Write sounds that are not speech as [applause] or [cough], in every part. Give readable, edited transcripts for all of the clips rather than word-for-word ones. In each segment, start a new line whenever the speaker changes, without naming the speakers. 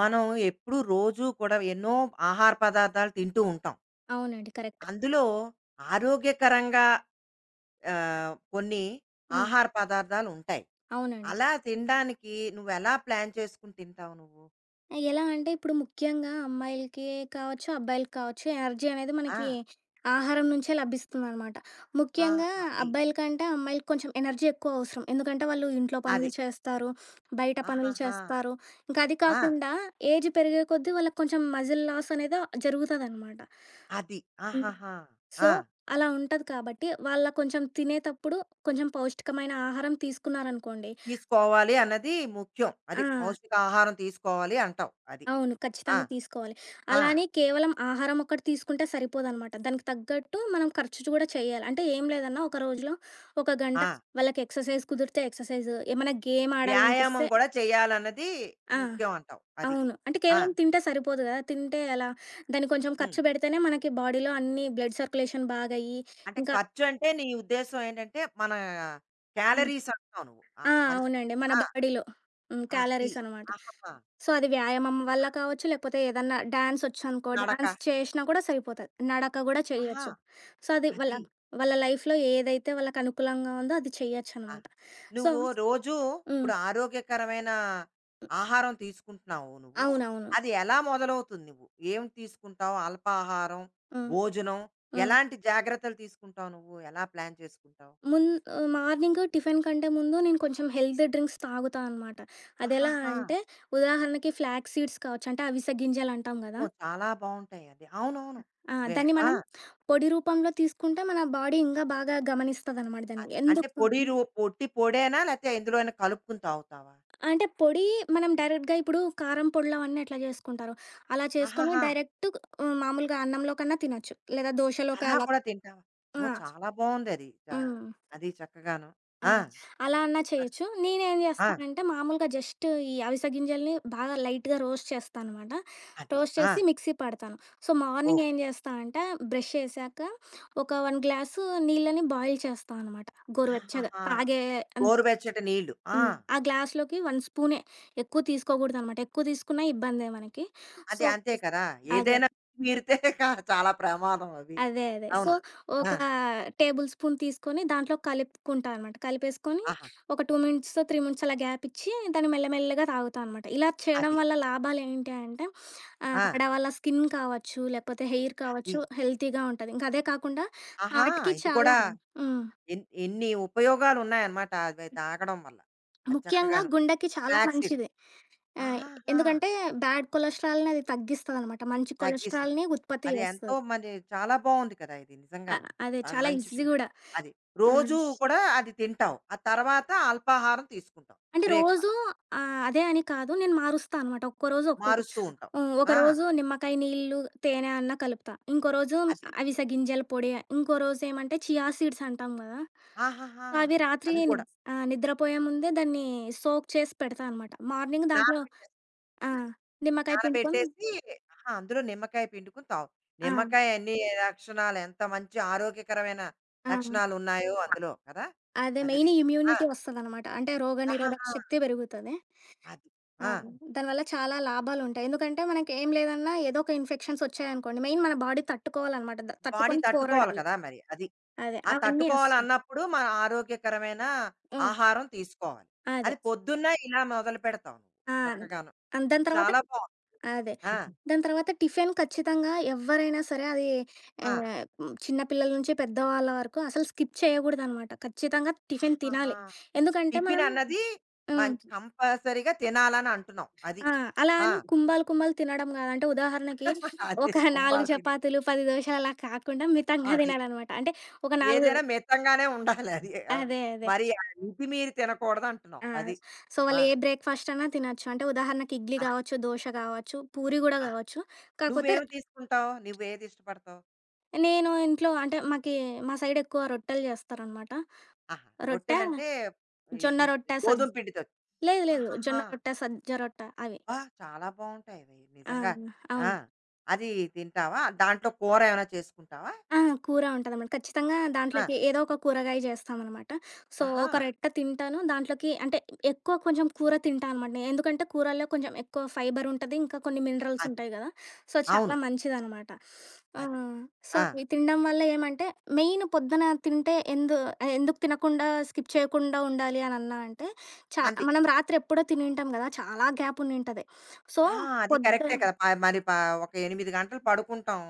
మనం ఎప్పుడూ రోజూ కూడా ఎన్నో ఆహార పదార్థాలు తింటూ ఉంటాం.
అవునండి. కరెక్ట్.
అందులో ఆరోగ్యకరంగా కొన్ని
హ్మ్.
ఆహార పదార్థాలు ఉంటాయి.
అవునండి.
అలా తినడానికి నువ్వెలా ప్లాన్ చేసుకొని తింటావు నువ్వు?
ఎలా అంటే ఇప్పుడు ముఖ్యంగా అమ్మాయిలకి కావచ్చు, అబ్బాయిలకి కావచ్చు, ఎనర్జీ అనేది
ఆ!
మనకి ఆహారం నుంచే లభిస్తుందనమాట.
ఆ!
ముఖ్యంగా
అది.
అబ్బాయిల కంటే అమ్మాయిలకి కొంచెం ఎనర్జీ ఎక్కువ అవసరం. ఎందుకంటే వాళ్ళు ఇంట్లో
అది.
పనులు చేస్తారు, బయట పనులు
ఆహాహా!
చేస్తారు. ఇంకా అది
ఆ!
కాకుండా ఏజ్ పెరిగే కొద్దీ వాళ్ళకి కొంచెం మజిల్ లాస్ అనేది జరుగుతదనమాట.
అది.
హ్మ్.
ఆహాహా!
సో,
ఆ!
అలా ఉంటది కాబట్టి వాళ్ళ కొంచెం తినేతప్పుడు కొంచెం పౌష్టికమైన ఆహారం తీసుకున్నారనుకోండి.
తీసుకోవాలి అన్నది ముఖ్యం.
ఆ!
అది. పౌష్టికాహారం తీసుకోవాలి అంటావు. అది.
అవును,
ఆ!
ఖచ్చితంగా తీసుకోవాలి.
ఆ!
అలా అని కేవలం ఆహారం ఒక్కటి తీసుకుంటే సరిపోదనమాట. దానికి తగ్గట్టు మనం ఖర్చు కూడా చేయాలి. అంటే ఏం లేదన్నా ఒక రోజులో ఒక గంట
ఆ!
వాళ్ళకి ఎక్సర్‌సైజ్ కుదిరితే ఎక్సర్‌సైజ్, ఏమైనా గేమ్
వ్యాయామం
ఆడాలనిపిస్తే.
కూడా చేయాలన్నది
ఆ!
ముఖ్యం అంటావు. అది.
అవును. అంటే
ఆ!
కేవలం తింటే సరిపోదు కదా! తింటే ఎలా, దానికి కొంచెం
హ్మ్.
ఖర్చు పెడితేనే మనకి బాడీలో అన్ని బ్లడ్ సర్క్యులేషన్ బాగయ్యి
అంటే
ఇంకా.
ఖర్చంటే నీ ఉద్దేశ్యం ఏంటంటే, మన
హ్మ్.
క్యాలరీస్ అంటున్నావు నువ్వు. ఆ!
ఆ!
అన్
అవునండి, మన
ఆ!
బాడీలో. హ్మ్.
అది.
క్యాలరీస్ అనమాట.
ఆహాహా!
సో, అది వ్యాయామం వల్ల కావచ్చు, లేకపోతే ఏదన్నా డాన్సొచ్చనుకో,
నడక.
డాన్స్ చేషినా కూడా సరిపోతది. నడక గూడా
ఆహా!
చెయ్యొచ్చు. సో, అది వాళ్ళ
అది.
వాళ్ళ లైఫ్‌లో ఏదైతే వాళ్ళకి అనుకూలంగా ఉందో అది
ఆ!
చెయ్యొచ్చనమాట. సో,
నువ్వు రోజూ
హ్మ్.
ఇప్పుడు ఆరోగ్యకరమైన ఆహారం తీసుకుంటున్నావు నువ్వు.
అవునవును.
అది ఎలా మొదలవుతుంది నువ్వు? ఏం తీసుకుంటావు? అల్పాహారం,
హ్మ్.
భోజనం
హ్మ్.
ఎలాంటి జాగ్రత్తలు తీసుకుంటావు నువ్వు? ఎలా ప్లాన్ చేసుకుంటావు?
మున్ మార్నింగు టిఫిన్ కంటే ముందు నేను కొంచెం హెల్త్ డ్రింక్స్ తాగుతా అనమాట. అదెలా
ఆహాహా!
అంటే, ఉదాహరణకి ఫ్లాక్స్ సీడ్స్ కావచ్చు, అంటే అవిసె గింజలంటాం గదా!
ఓహ్! చాలా బావుంటాయి అది. అవునవును.
ఆ!
వే
దాన్ని
ఆ!
మనం పొడి రూపంలో తీసుకుంటే మన బాడీ ఇంకా బాగా గమనిస్తదనమాట దాన్ని.
అది. అంటే
ఎందుకు
పొడి రూ పొట్టి పొడేనా? లేతే ఇందులో ఏమైనా కలుపుకొని తాగుతావా?
అంటే పొడి, మనం డైరెక్ట్‌గా ఇప్పుడు కారం పొడులవన్నీ ఎట్లా చేసుకుంటారో, అలా చేసుకొని
ఆహాహా!
డైరెక్ట్ మామూలుగా అన్నంలో కన్నా తినొచ్చు. లేదా దోశలోకి
అలా
అలా.
కూడా తింటావా?
ఆ!
అమ్మో! చాలా బావుందది. చ
హ్మ్.
అది చక్కగాను.
ఆ!
ఆ!
అలా అన్నా
అది.
చేయొచ్చు. నేనేం
ఆ!
చేస్తానంటే మామూలుగా జస్ట్ ఈ అవిసె గింజల్ని బాగా లైట్‌గా రోస్ట్ చేస్తాననమాట.
అది.
రోస్ట్
ఆ!
చేసి మిక్సీ పడతాను. So, morning
okay.
ఏం చేస్తా అంటే బ్రష్ చేశాక ఒక 1 గ్లాసు నీళ్ళని బాయిల్ చేస్తా అనమాట గోరువెచ్చగా.
ఆహాహా!
తాగే అంత.
గోరువెచ్చటి నీళ్ళు. ఆ!
హ్మ్. ఆ గ్లాస్‌లోకి 1 స్పూనే, ఎక్కువ తీసుకోకూడదనమాట. ఎక్కువ తీసుకున్నా ఇబ్బందే మనకి.
అది
సో,
అంతే కదా!
అదే.
ఏదైనా మీరితే [laughs] క చాలా ప్రమాదం అవి.
అదే. అదే. సో,
అవును. ఆ!
ఒక టేబుల్ స్పూన్ తీసుకొని దాంట్లో కలుపుకుంటా అనమాట. కలిపేసుకొని
ఆహా!
ఒక 2 మినిట్సో, 3 మినిట్స్ అలా గ్యాపిచ్చి దాన్ని మెల్లమెల్లగా తాగుతా అనమాట. ఇలా చేయడం
అది.
వల్ల లాభాలేంటి అంటే,
ఆ!
ఆడవాళ్ళ స్కిన్ కావచ్చు, లేకపోతే హెయిర్ కావచ్చు
అది.
హెల్తీగా ఉంటది. ఇంకా అదే కాకుండా
ఆహా!
హార్ట్‌కి
ఇది కూడా
చాలా. హ్మ్.
ఎన్ని ఉపయోగాలున్నాయన్నమాట అవి తాగడం వల్ల. అది
ముఖ్యంగా
చక్కగాను.
గుండెకి
ఆ
చాలా
ఫ్లాక్స్ సీడ్.
మంచిది. ఆహ్,
ఆహాహా!
ఎందుకంటే బ్యాడ్ కొలెస్ట్రాల్‌ని అది తగ్గిస్తదనమాట. మంచి
తగ్గిస్తుంది.
కొలెస్ట్రాల్‌ని ఉత్పత్తి
అది ఎంతో
చేస్తది.
మరి చాలా బావుంది కదా! ఇది
అ
నిజంగాను.
అదే
అది
చాలా
మంచి
ఈజీ
ప్లా
గూడా.
అది. రోజూ
హ్మ్.
కూడా అది తింటావు. ఆ తర్వాత అల్పాహారం తీసుకుంటావు.
అంటే రోజు
బ్రేక్‌ఫాస్ట్
అదే అని కాదు. నేను మారుస్తా అనమాట. ఒక్కో రోజు ఒక్కోటి.
మారుస్తూ ఉంటావు.
హ్మ్.
ఆ!
ఒకరోజు నిమ్మకాయ నీళ్ళు, తేనె అన్నా కలుపుతా. ఇంకో రోజు
అది.
అవిసె గింజల పొడి, ఇంకో రోజేమంటే చియా సీడ్స్ అంటాం గదా!
ఆహాహా!
అవి రాత్రి
అవి కూడా
నిద్రపోయే ముందే దాన్ని సోక్ చేసి పెడతా అనమాట. మార్నింగ్ దాంట్లో
నానబెట్టేస్తాం
ఆ!
అది.
నిమ్మకాయ పిండుకొని.
నానబెట్టేసి ఆహా! అందులో నిమ్మకాయ పిండుకొని తావు.
ఆ!
నిమ్మకాయ ఎన్ని లక్షణాలు ఎంత మంచి ఆరోగ్యకరమైన
ఆ!
లక్షణాలున్నాయో అందులో కదా!
అదే
అది.
మెయిన్
ఆ!
ఇమ్యూనిటీ వస్తదనమాట. అంటే రోగనిరోధక
ఆహాహా!
శక్తి పెరుగుతది.
అది.
ఆ!
ఆ!
దానివల్ల చాలా లాభాలుంటాయి. ఎందుకంటే మనకేం లేదన్నా ఏదో ఒక ఇన్ఫెక్షన్స్ వచ్చాయనుకోండి, మెయిన్ మన బాడీ తట్టుకోవాలనమాట.
బాడీ
తట్టుకొని
తట్టుకోవాలి
పోరాడాలి.
కదా! మరి అది.
అదే.
ఆ
అవన్నీ వస్తాయి.
తట్టుకోవాలన్నప్పుడు మన ఆరోగ్యకరమైన
హ్మ్.
ఆహారం తీసుకోవాలి.
అదే.
అది పొద్దున్న ఇలా మొదలు పెడతావు నువ్వు
ఆ!
చక్కగాను.
దాని
ఇది
తర్వాత
చాలా బావుంది.
అదే.
ఆ!
దాని తర్వాత టిఫిన్ ఖచ్చితంగా ఎవ్వరైనా సరే అది
ఆ!
ఆహ్, చిన్న పిల్లల నుంచి పెద్దవాళ్ళ వరకు అసలు స్కిప్ చేయకూడదనమాట. ఖచ్చితంగా టిఫిన్
ఆహాహా!
తినాలి. ఎందుకంటే
టిఫిన్
మనం.
అన్నది
హ్మ్.
మం కంపల్సరీగా తినాలని అంటున్నావు. అది.
ఆ! అలా
ఆ!
అని కుంభాలు కుంభాలు తినడం గాదు. అంటే ఉదాహరణకి
[laughs] అదే
ఒక 4
కుంభాలు తిని
చపాతీలు, 10 దోశలు అలా కాకుండా మితంగా
అది.
తినాలనమాట. అంటే ఒక 4.
ఏదైనా మితంగానే ఉండాలి అది.
అదే.
మరి మితిమీరి తినకూడదు అంటున్నావు.
ఆ!
అది.
సో,
ఆ!
వాళ్ళు ఏ బ్రేక్‌ఫాస్ట్ అన్నా తినొచ్చు. అంటే ఉదాహరణకి ఇడ్లీ
అది.
గావచ్చు, దోశ గావచ్చు, పూరి గూడా
ఆ!
గావచ్చు. కాకపోతే
నువ్వేమి తీసుకుంటావు? నువ్వేది ఇష్టపడతావు?
నేను ఇంట్లో అంటే మాకి, మా సైడ్ ఎక్కువ రొట్టెలు జేస్తారనమాట.
ఆహా!
రొట్టె,
రొట్టెలంటే ఈ
జొన్న
ఈ
రొట్టె, సజ్జ,
గోధుమ పిండితో
లేదు లేదు. జొన్న
ఆహాహా!
రొట్టె, సజ్జ రొట్టె అవి.
అబ్బా! చాలా బావుంటాయవి
ఆ!
నిజంగా. ఆ!
అవును.
అది తింటావా? దాంట్లో కూర ఏమైనా చేసుకుంటావా?
ఆ! కూర ఉంటదనమాట. ఖచ్చితంగా
ఆ!
దాంట్లోకి ఏదో ఒక కూరగాయ జేస్తామనమాట. సో,
ఆహా!
ఒక రెట్ట తింటాను. దాంట్లోకి అంటే ఎక్కువ కొంచెం కూర తింటా అనమాట నేను. ఎందుకంటే కూరల్లో కొంచెం ఎక్కువ ఫైబర్ ఉంటది. ఇంకా కొన్ని మినరల్స్
అది.
ఉంటాయి గదా! సో,
అవును.
చాలా మంచిదనమాట. ఆ!
అది.
సో,
ఆ!
అవి తినడం వల్ల ఏమంటే మెయిన్ పొద్దున తింటే ఎందుకు తినకుండా స్కిప్ చేయకుండా ఉండాలి అని అన్నా అంటే, చా
అంది.
మనం రాత్రి ఎప్పుడో తినుంటాం గదా! చాలా గ్యాప్ ఉండింటది. సో,
ఆ! అది
పొద్దున
కరెక్టే కదా! ప మరి ప ఒక 8 గంటలు పడుకుంటాం.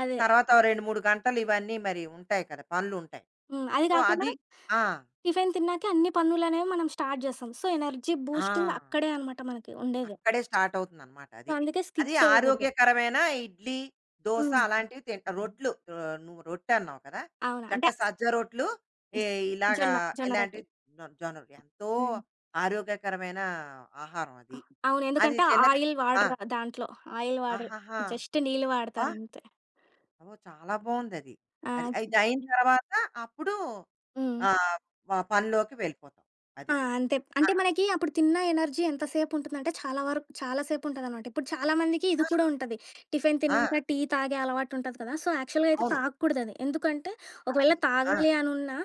అదే.
తర్వాత ఓ 2, 3 గంటలు ఇవన్నీ మరి ఉంటాయి కదా! పనులుంటాయి.
హ్మ్. అది
సో,
గాకుండా
అది ఆ!
టిఫిన్ తిన్నాకే అన్ని పనులనేవి మనం స్టార్ట్ జేస్తాం. సో, ఎనర్జీ
ఆ!
బూస్టింగ్ అక్కడే అనమాట మనకి ఉండేది.
అక్కడే స్టార్ట్ అవుతుందనమాట
సో,
అది.
అందుకే
అది
స్కిప్ చేయకూడదు.
ఆరోగ్యకరమైన ఇడ్లీ, దోస
హ్మ్.
అలాంటివి తింట రొట్లు నువ్వు రొట్టన్నావు కదా!
అవును. అంటే
చక్కగా సజ్జ రొట్లు ఎ
జ-
ఇలాగా
జొన్న, జొన్న
ఇలాంటివి
రొట్టెలు.
జొ జొన్న రొట్లు. ఎంతో
హ్మ్.
ఆరోగ్యకరమైన ఆహారం
ఆ!
అది.
అవును.
అది
ఎందుకంటే
తిన్న
ఆయిల్
ఆ!
వాడరు దాంట్లో. ఆయిల్ వాడరు.
ఆహాహా!
జస్ట్ నీళ్ళు
అబ్బా!
వాడతారంతే.
అబ్బో! చాలా బావుందది.
ఆ!
అది ఇదయిన తర్వాత అప్పుడు
హ్మ్.
ఆహ్, వ పనిలోకి వెళ్ళిపోతావు. అది.
ఆ! అంతే.
ఆ!
అంటే మనకి అప్పుడు తిన్న ఎనర్జీ ఎంతసేపు ఉంటుందంటే చాలా వరకు చాలా సేపు ఉంటదనమాట. ఇప్పుడు చాలా మందికి ఇది కూడా ఉంటది. టిఫిన్
ఆ!
తిన్నాక టీ తాగే అలవాటు ఉంటది కదా! సో, యాక్చువల్‌గా అయితే
అవును.
తాగకూడదది. ఎందుకంటే,
అది.
ఒకవేళ
ఆ!
తాగాలి అనున్నా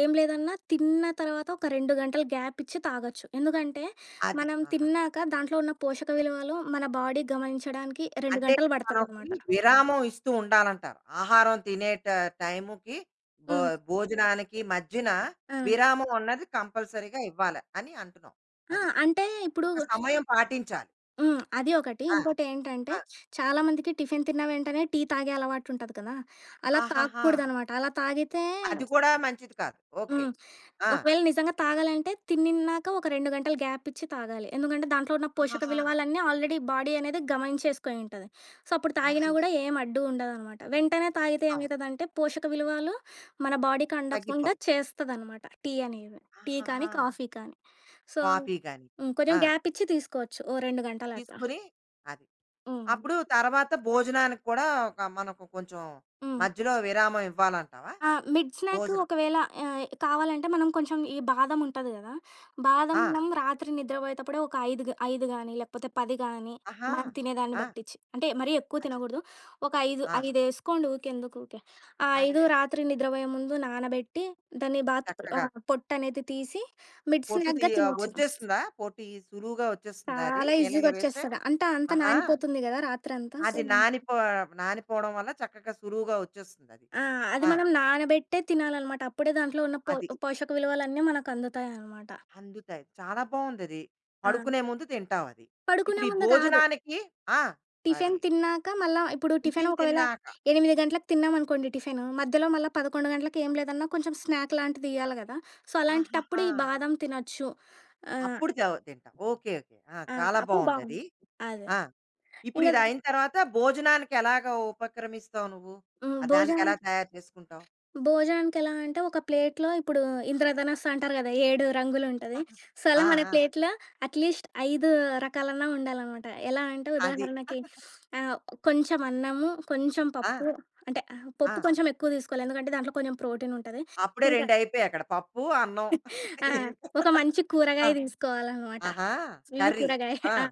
ఏం లేదన్నా తిన్న తర్వాత ఒక 2 గంటలు గ్యాప్ ఇచ్చి తాగొచ్చు. ఎందుకంటే
అది.
మనం
ఆహా!
తిన్నాక దాంట్లో ఉన్న పోషక విలువలు మన బాడీ గమనించడానికి 2
అంటే
గంటలు
మనకి
పడతదనమాట.
విరామం ఇస్తూ ఉండాలంటారు. ఆహారం తినేట టైముకి భో
హ్మ్.
భోజనానికి మధ్యన
ఆ!
విరామం అన్నది కంపల్సరీగా ఇవ్వాలి అని అంటున్నాం.
ఆ!
అది.
అంటే ఇప్పుడు.
ఒక సమయం పాటించాలి.
హ్మ్. అది ఒకటి.
ఆ!
ఇంకోటేంటంటే,
ఆ!
చాలామందికి టిఫిన్ తిన్న వెంటనే టీ తాగే అలవాటుంటది కదా! అలా
ఆహాహా!
తాగకూడదనమాట. అలా తాగితే.
అది కూడా మంచిది కాదు. ఓకే.
హ్మ్.
ఆ!
ఒకవేళ నిజంగా తాగాలంటే తిన్నాక ఒక 2 గంటలు గ్యాపిచ్చి తాగాలి. ఎందుకంటే, దాంట్లో ఉన్న పోషక
ఆహాహా!
విలువలన్నీ ఆల్రెడీ బాడీ అనేది గమనించేసుకొని ఉంటది. సో, అప్పుడు తాగినా
అది.
గూడా ఏం అడ్డు ఉండదనమాట. వెంటనే తాగితే
అవును.
ఏమైతదంటే, పోషక విలువలు మన బాడీకి అందకుండా
తగ్గిపోతుంది.
చేస్తదనమాట టీ అనేది. టీ కానీ,
ఆహాహా!
కాఫీ కానీ. సో,
కాఫీ గాని.
హ్మ్. కొంచెం
ఆ!
గ్యాపిచ్చి తీసుకోవచ్చు. ఓ 2 గంటలట్లా.
తీసుకొని అది. అప్పుడు
హ్మ్.
తర్వాత భోజనానికి కూడా ఒక మనకు కొంచెం
హ్మ్.
మధ్యలో విరామం ఇవ్వాలంటావా?
ఆ! మిడ్ స్నాక్
భోజనం.
ఒకవేళ కావాలంటే మనం కొంచెం ఈ బాదం ఉంటది గదా! బాదం
ఆ!
మనం రాత్రి నిద్రపోయేటప్పుడే ఒక 5 గాని, లేకపోతే 10 గాని
ఆహా!
మనం తినేదాన్ని
ఆ!
బట్టిచ్చి. అంటే మరీ ఎక్కువ
అది.
తినగూడదు. ఒక 5,
ఆ!
5 ఏసుకోండి ఊకె ఎందుకూకే. ఆ
అదే
5
కదా!
రాత్రి నిద్రపోయే ముందు నానబెట్టి, దాన్ని
చక్కగా
పొట్టనేది తీసి మిడ్
పొట్టు తీ
స్నాక్‌గా తినొచ్చు. అవును.
వచ్చేస్తుందా? పొట్టు ఈ సులువుగా వచ్చేస్తుందా అది?
చాలా
నీళ్ళలో వేస్తే?
ఈజీగొచ్చేస్తది. అంతా అంతా
ఆహా!
నానిపోతుంది గదా! రాత్రంతా. సో,
అది నానిపో నానిపోవడం వల్ల చక్కగా సులువుగా వచ్చేస్తుందది.
ఆ! అది
ఆ!
మనం నానబెట్టే తినాలనమాట. అప్పుడే దాంట్లో ఉన్న
అది.
పోషక విలువలన్నీ మనకందుతాయనమాట.
అందుతాయి. చాలా బావుందది.
ఆ!
పడుకునే ముందు తింటావది.
పడుకునే
ఇప్పుడు ఈ
ముందు కాదు.
భోజనానికి ఆ!
టిఫిన్
అది.
తిన్నాక మళ్ళా ఇప్పుడు టిఫిన్
టిఫిన్
ఒకవేళ
తిన్నాక
8 గంటలకు తిన్నామనుకోండి టిఫిను. మధ్యలో మళ్ళా 11 గంటలకి ఏం లేదన్నా కొంచెం స్నాక్ లాంటిది ఇయ్యాలి గదా! సో, అలాంటప్పుడు
ఆహాహా!
ఈ బాదం తినొచ్చు. ఆహ్,
అప్పుడు త తింటావు. ఓకే. ఓకే. ఆ!
ఆ!
చాలా
అప్పుడు బావుంది.
బావుందది.
అదే.
ఆ! ఇప్పుడు
ఇంగ
ఇది అయిన తర్వాత భోజనానికి ఎలాగ ఉపక్రమిస్తావు నువ్వు?
హ్మ్.
ఆ! దానికి
భోజనం,
ఎలా తయారు చేసుకుంటావు?
భోజనానికెలా అంటే, ఒక ప్లేట్‌లో ఇప్పుడు ఇంద్రధనస్సు అంటారు గదా! 7 రంగులుంటది. సో, అలా
ఆ!
మన
ఆ!
ప్లేట్‌లో అట్‌లీస్ట్ 5 రకాలన్నా ఉండాలనమాట. ఎలా అంటే
అది.
ఉదాహరణకి ఆహ్, కొంచెం అన్నము, కొంచెం
ఆ!
పప్పు. అంటే
ఆ!
పప్పు కొంచెం ఎక్కువ తీసుకోవాలి. ఎందుకంటే దాంట్లో కొంచెం ప్రోటీనుంటది.
అప్పుడే
ఇంకా
2 అయిపోయాయి అక్కడ. పప్పు, అన్నం.
ఆ!
ఇంకా
ఒక మంచి
ఆ!
కూరగాయ తీసుకోవాలనమాట.
ఆహా!
Full
curry.
కూరగాయ.
ఆ!
ఆ!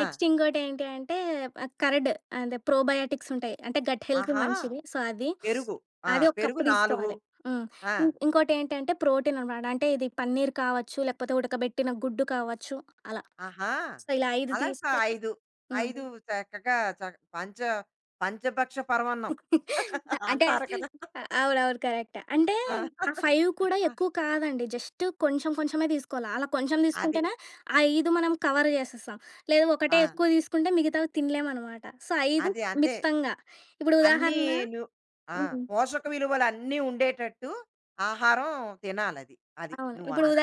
ఆ!
ఇంకోటేంటి అంటే ఆహ్, కరడ్ అదే ప్రోబయోటిక్స్ ఉంటాయి. అంటే గట్ హెల్త్‌కి
ఆహా!
మంచిది. సో, అది.
పెరుగు. ఆ!
అది ఒక
పెరుగు
కప్పు
4
తీసుకోవాలి. హ్మ్.
ఆ!
ఇంకోటేంటంటే ప్రోటీన్ అనమాట. అంటే ఇది పన్నీర్ కావచ్చు, లేకపోతే ఉడకబెట్టిన గుడ్డు కావచ్చు అలా.
ఆహా!
సో, ఇలా 5
అలా స
తీసుకో.
5,
హ్మ్.
5 చక్కగా చ పంచ పంచభక్ష పరమన్నం [laughs]
అంటే
అంటారు కదా!
అవునవును. కరెక్ట్. అంటే
ఆ!
ఆ 5 కూడా ఎక్కువ కాదండి. జస్ట్ కొంచెం కొంచెమే తీసుకోవాలి. అలా కొంచెం
అది.
తీసుకుంటేనే ఆ 5 మనం కవర్ చేసేస్తాం. లేదు ఒకటే
ఆ!
ఎక్కువ తీసుకుంటే మిగతావి తినలేమనమాట. సో 5
అది అంతే.
మిత్తంగా. ఇప్పుడు
అన్నీ
ఉదాహరణ.
ను ఆ!
హ్మ్.
పోషక విలువలన్నీ ఉండేటట్టు ఆహారం తినాలది. అది
అవును. ఇప్పుడు
నువ్వన్నది.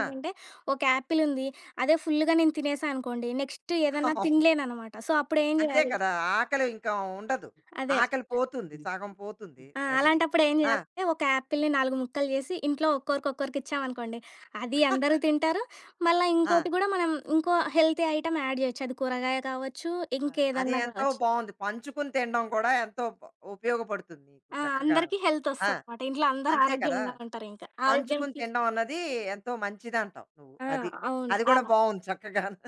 ఆ!
ఒక యాపిల్ ఉంది. అదే ఫుల్‌గా నేను తినేసా అనుకోండి. నెక్స్ట్ ఏదన్నా
అవును.
తినలేననమాట. సో అప్పుడేం
అంతే
చేయాలి?
కదా! ఆకలి ఇంకా ఉండదు.
అదే.
ఆకలి పోతుంది. సగం పోతుంది.
ఆ!
అది.
అలాంటప్పుడు ఏం
ఆ!
జేయాలంటే, ఒక యాపిల్‌ని 4 ముక్కలు జేసి ఇంట్లో ఒక్కొక్కరికొక్కరికిచ్చామనుకోండి, అది అందరూ తింటారు. మళ్ళా
ఆ!
ఇంకోటి గూడా మనం ఇంకో హెల్తీ ఐటెమ్ యాడ్ జేయొచ్చు. అది కూరగాయ కావచ్చు,
అద్ అది
ఇంకేదన్నా
ఎంతో
గావచ్చు.
బావుంది. పంచుకుని తినడం కూడా ఎంతో బ ఉపయోగపడుతుంది నీకు
ఆ!
చక్కగాను.
అందరికీ హెల్త్
ఆ!
ఒస్తదనమాట. ఇంట్లో అందరూ
అంతే కదా!
ఆరోగ్యంగా ఉంటారింక.
పంచుకుని
ఆరోగ్యంకి
తినడం అన్నది ఎంతో మంచిదంటావు నువ్వు.
ఆ!
అది.
అవును.
అది కూడా
అలా.
బావుంది చక్కగాను.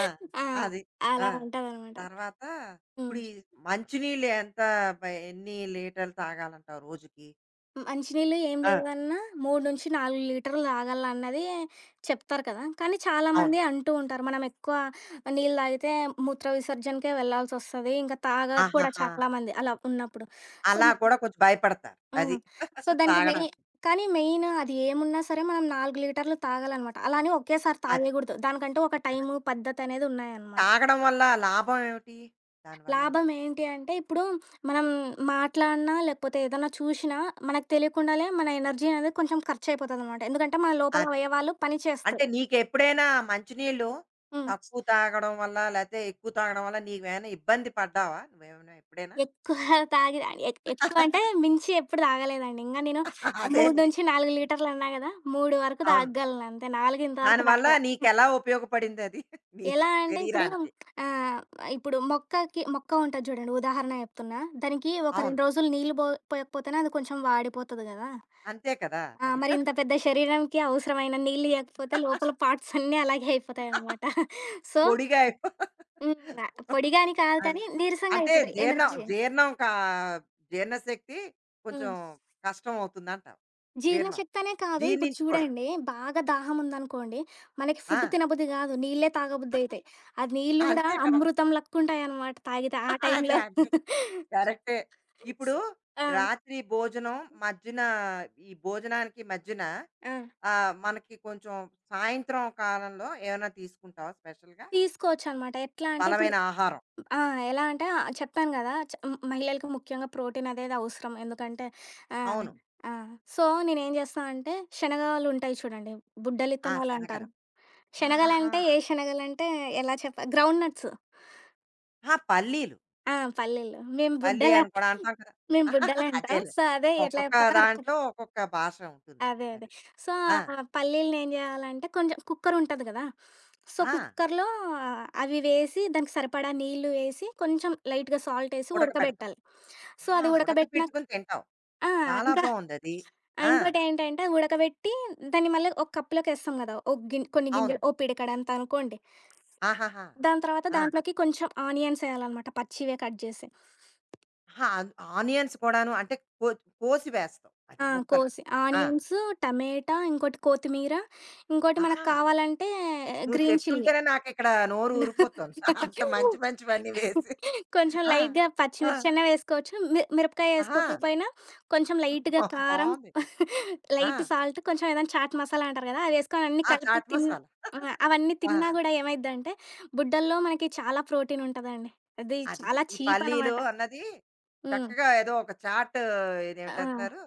ఆ!
ఆ!
అది. ఆ!
అలా ఉంటదనమాట.
తర్వాత ఇప్పుడు
హ్మ్.
ఈ మంచినీళ్ళు ఎంత బ- ఎన్ని లీటర్లు తాగాలంటావు రోజుకి?
మంచినీళ్ళు ఏం
ఆ,
లేవన్నా 3-4 లీటర్లు తాగాలన్నది చెప్తారు కదా! కానీ
అవును.
చాలామంది అంటూ ఉంటారు, మనం ఎక్కువ నీళ్ళు తాగితే మూత్ర విసర్జనకే వెళ్ళాల్సొస్తది. ఇంకా తాగరు కూడా
ఆహాహా!
చాలామంది అలా ఉన్నప్పుడు. సో,
అలా కూడా కొంచెం భయపడతారు అది
హ్మ్. సో
[laughs]
దానికి
తాగడానికి.
కానీ మెయిన్ అది ఏమున్నా సరే మనం 4 లీటర్లు తాగాలనమాట. అలా అని ఒకేసారి
అది
తాగేయగూడదు. దానికంటూ ఒక
అది
టైము, పద్ధతనేది ఉన్నాయనమాట.
తాగడం వల్ల లాభం ఏమిటి దానివల్ల?
లాభం ఏంటి అంటే, ఇప్పుడు మనం మాట్లాడినా, లేకపోతే ఏదన్నా చూషినా, మనకు తెలియకుండానే మన ఎనర్జీ అనేది కొంచెం ఖర్చయిపోతదనమాట. ఎందుకంటే, మన లోపల
అది.
అవయవాలు పని చేస్తాయి.
అంటే నీకు ఎప్పుడైనా మంచినీళ్ళు
హ్మ్.
తక్కువ తాగడం వల్ల లేకపోతే ఎక్కువ తాగడం వల్ల నీవేమైనా ఇబ్బంది పడ్డావా నువ్వేమైనా ఎప్పుడైనా?
ఎక్కువ తాగి ఎక్కువ అంటే, మించి ఎప్పుడు తాగలేదండి. ఇంగా నేను
[laughs] అదేలే.
3-4 లీటర్లన్నా గదా! 3 వరకు
అవును.
తాగగలనంతే. 4 ఇంతవరకు
దానివల్ల
రాలే.
నీకు ఎలా ఉపయోగపడింది అది నీ
ఎలా అంటే, ఇప్పుడు,
శరీరానికి?
ఆహ్, ఇప్పుడు మొక్కకి మొక్క ఉంటది చూడండి. ఉదాహరణ చెప్తున్నా. దానికి ఒక
అవును.
2 రోజులు నీళ్ళు పోయకపోతేనే అది కొంచెం వాడిపోతది గదా!
అంతే కదా
ఆ!
మరి.
మరి ఇంత పెద్ద శరీరంకి అవసరమైన నీళ్ళు ఇయ్యకపోతే లోపల
[laughs]
పార్ట్స్ అన్నీ అలాగే అయిపోతాయనమాట. సో,
పొడిగా.
హ్మ్. పొడిగా అని కాదు
అది.
కానీ, నీరసంగా
అంటే
అయిపోతాయి.
జీర్ణం
ఎనర్జీ.
జీర్ణం కా జీర్ణశక్తి కొంచెం
హ్మ్.
కష్టం అవుతుందంటావు. జీర్ణం.
జీర్ణశక్తి అనే కాదు. ఇప్పుడు
జీర్ణించుకోవడం.
చూడండి, బాగా దాహం ఉందనుకోండి, మనకి
ఆ!
ఫుడ్ తినబుద్ధి కాదు. నీళ్ళే తాగబుద్ధి అయితాయి. ఆ నీళ్ళు గూడా
అంతే కదా!
అమృతం లక్కుంటాయనమాట తాగితే ఆ
[laughs] అదే
టైంలో.
అంతే. కరెక్టే. ఇప్పుడు
[laughs] ఆ!
రాత్రి భోజనం మధ్యన ఈ భోజనానికి మధ్యన
ఆ!
మనకి కొంచెం సాయంత్రం కాలంలో ఏమైనా తీసుకుంటావా స్పెషల్‌గా?
తీసుకోవచ్చనమాట. ఎట్లా అంటే ఇప్పుడు.
బలమైన ఆహారం.
ఆ! ఎలా అంటే చెప్పాను గదా! హ్మ్. మహిళలకి ముఖ్యంగా ప్రోటీన్ అనేది అవసరం. ఎందుకంటే ఆహ్, హ్మ్.
అవును.
ఆ! సో, నేనేం జేస్తా అంటే శనగలుంటాయి చూడండి.
ఆ!
బుడ్డలిత్తనాలు
శనగలు.
అంటారు.
ఆహాహా!
శనగలంటే ఏ శనగలంటే ఎలా చెప్పా, గ్రౌండ్ నట్స్.
ఆ! పల్లీలు.
ఆ! పల్లీలు.
పల్లి అని కూడా అంటాం కదా!
మేము
[laughs]
బుడ్డలంటాం.
అదేలే.
సో, అదే ఎట్లా
ఒక్కొక్క
చెప్పాలో అర్థం.
దాంట్లో ఒక్కొక్క భాష ఉంటుందది.
అదే.
అది.
సో,
అది ఆ!
ఆ పల్లీలనేం జేయాలంటే కొంచెం కుక్కరుంటది గదా! సో,
ఆ!
కుక్కర్‌లో అవి వేసి దానికి సరిపడా నీళ్ళు వేసి, కొంచెం లైట్‌గా సాల్టేసి
ఉడకబెడతాం.
ఉడకబెట్టాలి. సో,
ఆ!
అది ఉడకబెట్టినాక
ఉడకబెట్టుకొని తింటాం.
ఆ!
చాలా
ఇంకా
బావుందది. ఆ!
ఇంకోటేంటంటే ఉడకబెట్టి దాన్ని మళ్ళీ ఒక కప్‌లోకేస్తాం గదా! ఒక గిన్ కొన్ని
అవును.
గింజలు ఓ పిడికెడంత అనుకోండి.
ఆహాహా!
దాని తర్వాత
ఆ!
దాంట్లోకి కొంచెం ఆనియన్స్ ఎయాలనమాట పచ్చివే కట్ జేసి.
ఆహా! ఆన్ ఆనియన్స్ కూడాను అంటే కో కోసి వేస్తాం. అది
ఆ!
ముక్కలు.
కోసి
ఆ!
ఆనియన్స్, టమేటా, ఇంకోటి కొత్తిమీర, ఇంకోటి
ఆహా!
మనకు కావాలంటే
నువ్వు
గ్రీన్ చిల్లీ.
చెప్తుంటేనే నాకిక్కడ నోరు ఊరిపోతుంది. [laughs] అంత మంచి మంచివన్నీ వేసి.
కొంచెం
ఆ!
లైట్‌గా
ఆ!
పచ్చిమిర్చి అన్నా వేసుకోవచ్చు. మిరపకాయ
ఆహా!
వేసుకోకపోయినా కొంచెం లైట్‌గా కారం,
బావుంది. ఆ!
లైట్ సాల్ట్, కొంచెం ఏదైనా చాట్ మసాలా అంటారు కదా! అదేసుకొని అన్నీ
ఆ
కలిపి
చాట్ మసాలా.
ఆ! అవన్నీ
ఆ!
తిన్నా గూడా ఏమైద్దంటే గుడ్డల్లో మనకి చాలా ప్రోటీన్ ఉంటదండి. అది
అది.
చాలా
ఈ
చీప్
పల్లీలు
అనమాట.
అన్నది
హ్మ్.
చక్కగా ఏదో ఒక చాట్
ఆ!
ఇదేమిటంటారు,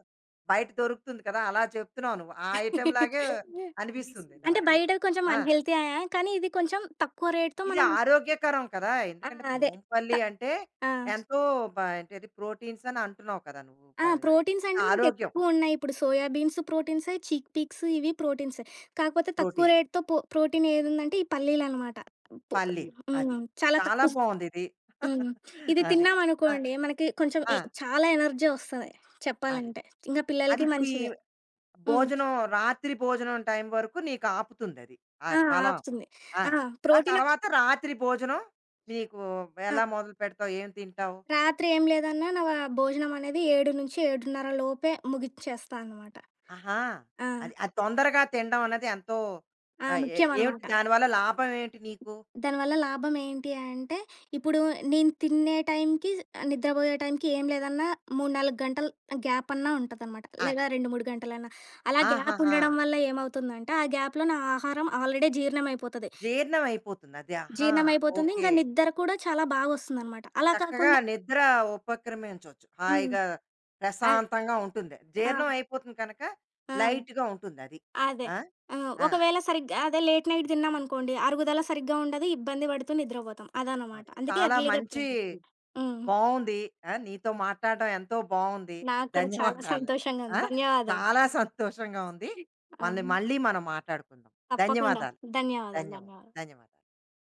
బయట దొరుకుతుంది కదా! అలా చెప్తున్నావు నువ్వు. ఆ ఐటెమ్ లాగే అనిపిస్తుంది
అంటే
నాకు.
బయట కొంచెం
ఆ!
అన్‌హెల్తీ ఆ! కానీ ఇది కొంచెం తక్కువ రేట్‌తో
ఇది
మనం.
ఆరోగ్యకరం కదా!
ఆ!
ఎందుకంటే
అదే త
మోంపల్లి అంటే
ఆ!
ఎంతో బ ఏంటది ప్రోటీన్స్ అని అంటున్నావు కదా నువ్వు. ప
ఆ! ప్రోటీన్స్ అంటే
ఆరోగ్యం
మనకెక్కువున్నాయి. ఇప్పుడు సోయా బీన్స్ ప్రోటీన్సే, చిక్ పీక్స్ ఇవి ప్రోటీన్సే. కాకపోతే తక్కువ
ప్రోటీన్స్,
రేట్‌తో ప్రోటీన్ ఏదుందంటే ఈ పల్లీలనమాట. పో
పల్లీలు అది.
హ్మ్. చాలా
చాలా
తక్కువ.
బావుందిది. [laughs]
హ్మ్. ఇది
అది. ఆ!
తిన్నామనుకోండి మనకి కొంచెం
ఆ!
చాలా ఎనర్జీ ఒస్తది
అది.
చెప్పాలంటే. ఇంక
అది
పిల్లలకి
ఇప్పుడు ఈ
మంచిదే. హ్మ్.
భోజనం రాత్రి భోజనం టైం వరకు నీకు ఆపుతుందది. ఆ
ఆ!
బలం
ఆపుతుంది.
ఆ!
ఆ!
ఆ
ప్రోటీన్.
తర్వాత రాత్రి భోజనం నీకు
ఆ!
ఎలా మొదలు పెడతావు? ఏం తింటావు?
రాత్రి ఏం లేదన్నా నా భోజనం అనేది 7-7:30 లోపే ముగిచ్చేస్తా అనమాట.
ఆహా!
ఆ!
అది అది తొందరగా తినడం అన్నది ఎంతో
ఆ!
ఏ
ముఖ్యం
ఏమిటి
అనమాట.
దానివల్ల లాభం ఏంటి నీకు?
దానివల్ల లాభం ఏంటి అంటే, ఇప్పుడు నేను తినే టైంకి, నిద్రపోయే టైంకి ఏం లేదన్నా 3, 4 గంటలు గ్యాప్ అన్నా ఉంటదనమాట.
అది.
లేదా 2, 3 గంటలన్నా. అలా గ్యాప్
ఆహాహా!
ఉండడం వల్ల ఏమవుతుందంటే, ఆ గ్యాప్‌లో నా ఆహారం ఆల్రెడీ జీర్ణమైపోతది.
జీర్ణం అయిపోతుంది అది. ఆహా!
జీర్ణమైపోతుంది.
ఓకే.
ఇంకా నిద్ర కూడా చాలా బాగొస్తుందనమాట. అలా
చక్కగా
కాకుండా.
నిద్ర ఉపక్రమించొచ్చు.
హ్మ్.
హాయిగా
అద్
ప్రశాంతంగా ఉంటుంది.
ఆ!
జీర్ణం అయిపోతుంది కనుక
ఆ!
లైట్‌గా ఉంటుందది.
అదే.
ఆ! ఆ!
ఒకవేళ సరిగ్గా అదే లేట్ నైట్ తిన్నామనుకోండి, అరుగుదల సరిగ్గా ఉండదు, ఇబ్బంది పడుతూ నిద్రపోతాం. అదనమాట.
అదే.
అందుకే
చాలా
ఎర్లీ‌గా
మంచి
తినాలి. హ్మ్.
బావుంది. ఆ! నీతో మాట్లాడడం ఎంతో బావుంది.
నాకు కూడా చాలా
ధన్యవాదాలు.
సంతోషంగా ఉంది.
ఆ!
ధన్యవాదాలు.
చాలా సంతోషంగా ఉంది.
ఆ!
మళ్ళీ మళ్ళీ మనం మాట్లాడుకుందాం.
తప్పకుండా.
ధన్యవాదాలు.
ధన్యవాదాలు.
ధన్యవాదాలు.
ధన్యవాదాలు.
ధన్యవాదాలు.